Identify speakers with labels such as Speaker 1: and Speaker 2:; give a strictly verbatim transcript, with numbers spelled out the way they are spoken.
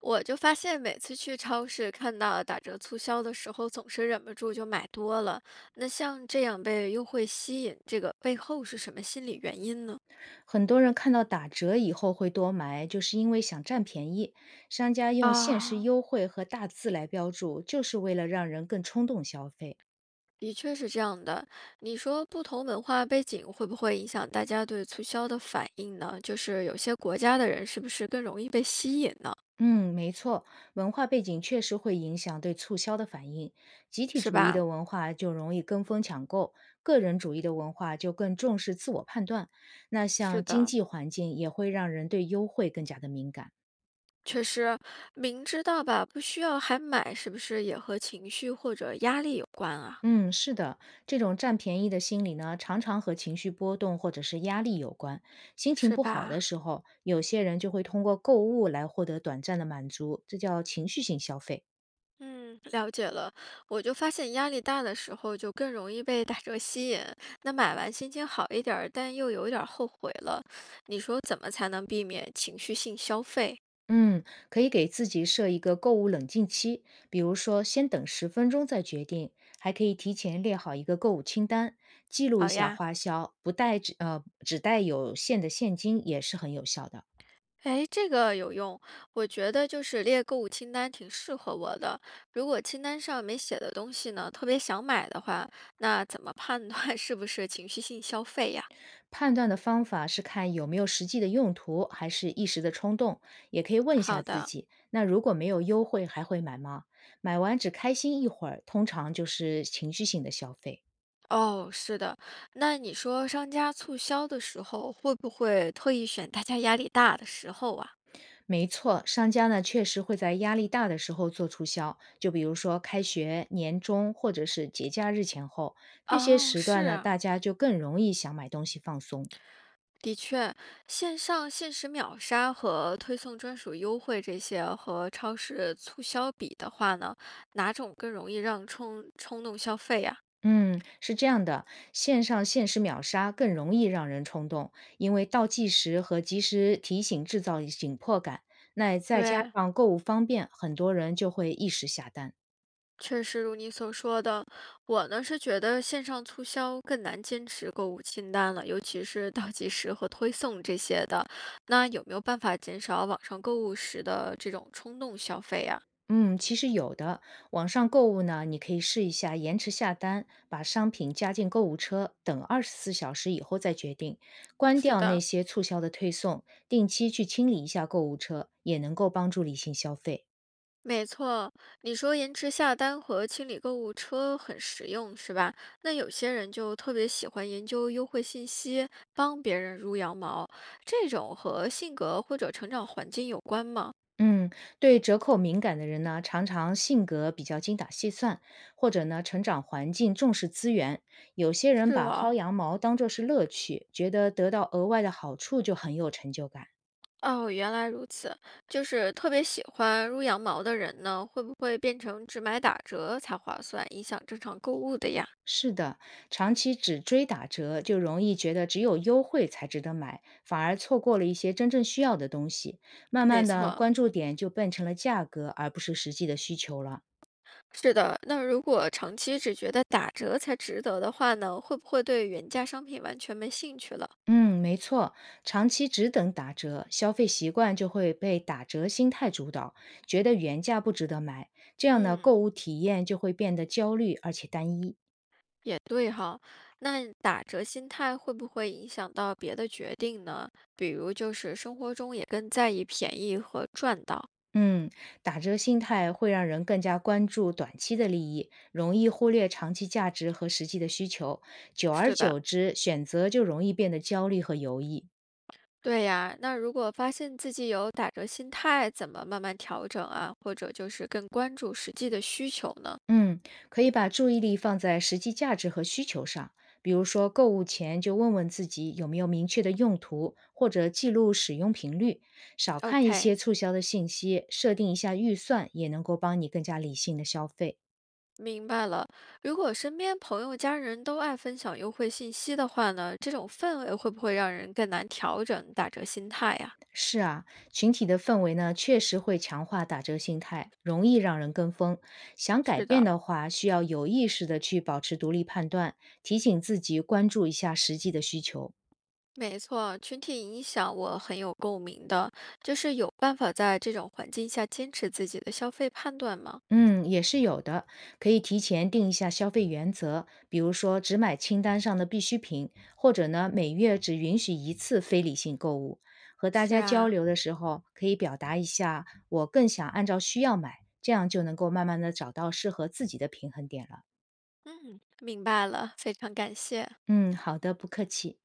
Speaker 1: 我就发现每次去超市看到打折促销的时候，总是忍不住就买多了。那像这样被优惠吸引，这个背后是什么心理原因呢？
Speaker 2: 很多人看到打折以后会多买，就是因为想占便宜。商家用限时
Speaker 1: 啊，
Speaker 2: 优惠和大字来标注，就是为了让人更冲动消费。
Speaker 1: 的确是这样的。你说不同文化背景会不会影响大家对促销的反应呢？就是有些国家的人是不是更容易被吸引呢？
Speaker 2: 嗯，没错，文化背景确实会影响对促销的反应。集体
Speaker 1: 是
Speaker 2: 主义
Speaker 1: 吧？
Speaker 2: 的文化就容易跟风抢购，个人主义的文化就更重视自我判断。那
Speaker 1: 是
Speaker 2: 像经
Speaker 1: 的，
Speaker 2: 济环境也会让人对优惠更加的敏感。
Speaker 1: 确实，明知道吧，不需要还买，是不是也和情绪或者压力有关啊？
Speaker 2: 嗯，是的，这种占便宜的心理呢，常常和情绪波动或者是压力有关。心情
Speaker 1: 是
Speaker 2: 不好的
Speaker 1: 吧？
Speaker 2: 时候，有些人就会通过购物来获得短暂的满足，这叫情绪性消费。
Speaker 1: 嗯，了解了。我就发现压力大的时候，就更容易被打折吸引。那买完心情好一点儿，但又有一点儿后悔了。你说怎么才能避免情绪性消费？
Speaker 2: 嗯，可以给自己设一个购物冷静期，比如说先等十分钟再决定，还可以提前列好一个购物清单，记录一
Speaker 1: 好
Speaker 2: 下
Speaker 1: 呀，
Speaker 2: 花销，不带只呃只带有限的现金也是很有效的。
Speaker 1: 哎，这个有用。我觉得就是列购物清单挺适合我的。如果清单上没写的东西呢，特别想买的话，那怎么判断 是不是情绪性消费呀？
Speaker 2: 判断的方法是看有没有实际的用途，还是一时的冲动。也可以问一下
Speaker 1: 好
Speaker 2: 自
Speaker 1: 的。
Speaker 2: 己，那如果没有优惠，还会买吗？买完只开心一会儿，通常就是情绪性的消费。
Speaker 1: 哦，是的。那你说商家促销的时候，会不会特意选大家压力大的时候啊？
Speaker 2: 没错，商家呢确实会在压力大的时候做促销，就比如说开学、年终或者是节假日前后，这些
Speaker 1: 哦，
Speaker 2: 时段
Speaker 1: 是
Speaker 2: 呢，大
Speaker 1: 啊，
Speaker 2: 家就更容易想买东西放松。
Speaker 1: 的确，线上限时秒杀和推送专属优惠这些和超市促销比的话呢，哪种更容易让冲冲动消费呀？
Speaker 2: 嗯，是这样的，线上限时秒杀更容易让人冲动，因为倒计时和及时提醒制造紧迫感。那再加
Speaker 1: 对，
Speaker 2: 上购物方便，很多人就会一时下单。
Speaker 1: 确实如你所说的，我呢是觉得线上促销更难坚持购物清单了，尤其是倒计时和推送这些的。那有没有办法减少网上购物时的这种冲动消费呀？
Speaker 2: 嗯，其实有的，网上购物呢，你可以试一下延迟下单，把商品加进购物车，等二十四小时以后再决定，关
Speaker 1: 是
Speaker 2: 掉那
Speaker 1: 的，
Speaker 2: 些促销的推送，定期去清理一下购物车，也能够帮助理性消费。
Speaker 1: 没错，你说延迟下单和清理购物车很实用，是吧？那有些人就特别喜欢研究优惠信息，帮别人撸羊毛，这种和性格或者成长环境有关吗？
Speaker 2: 嗯，对折扣敏感的人呢，常常性格比较精打细算，或者呢，成长环境重视资源。有些人
Speaker 1: 是
Speaker 2: 把薅
Speaker 1: 哦，
Speaker 2: 羊毛当作是乐趣，觉得得到额外的好处就很有成就感。
Speaker 1: 哦，原来如此，就是特别喜欢撸羊毛的人呢，会不会变成只买打折才划算，影响正常购物的呀？
Speaker 2: 是的，长期只追打折，就容易觉得只有优惠才值得买，反而错过了一些真正需要的东西。慢
Speaker 1: 没
Speaker 2: 慢的，
Speaker 1: 错，
Speaker 2: 关注点就变成了价格，而不是实际的需求了。
Speaker 1: 是的。那如果长期只觉得打折才值得的话呢，会不会对原价商品完全没兴趣了？
Speaker 2: 嗯，没错，长期只等打折，消费习惯就会被打折心态主导，觉得原价不值得买，这样呢，购
Speaker 1: 嗯，
Speaker 2: 物体验就会变得焦虑而且单一。
Speaker 1: 也对哈。那打折心态会不会影响到别的决定呢？比如就是生活中也更在意便宜和赚到，
Speaker 2: 嗯，打折心态会让人更加关注短期的利益，容易忽略长期价值和实际的需求，久而
Speaker 1: 是吧？
Speaker 2: 久之，选择就容易变得焦虑和犹豫。
Speaker 1: 对呀，那如果发现自己有打折心态，怎么慢慢调整啊？或者就是更关注实际的需求呢
Speaker 2: 嗯，可以把注意力放在实际价值和需求上，比如说购物前就问问自己有没有明确的用途，或者记录使用频率，少看一些
Speaker 1: ？OK，
Speaker 2: 促销的信息，设定一下预算，也能够帮你更加理性的消费。
Speaker 1: 明白了。如果身边朋友、家人都爱分享优惠信息的话呢，这种氛围会不会让人更难调整打折心态呀？
Speaker 2: 是啊，群体的氛围呢，确实会强化打折心态，容易让人跟风。想改
Speaker 1: 是
Speaker 2: 变
Speaker 1: 的，
Speaker 2: 的话，需要有意识的去保持独立判断，提醒自己关注一下实际的需求。
Speaker 1: 没错，群体影响我很有共鸣的，就是有办法在这种环境下坚持自己的消费判断吗？
Speaker 2: 嗯，也是有的，可以提前定一下消费原则，比如说只买清单上的必需品，或者呢每月只允许一次非理性购物。和大
Speaker 1: 是
Speaker 2: 家交
Speaker 1: 啊，
Speaker 2: 流的时候，可以表达一下我更想按照需要买，这样就能够慢慢的找到适合自己的平衡点了。
Speaker 1: 嗯，明白了，非常感谢。
Speaker 2: 嗯，好的，不客气。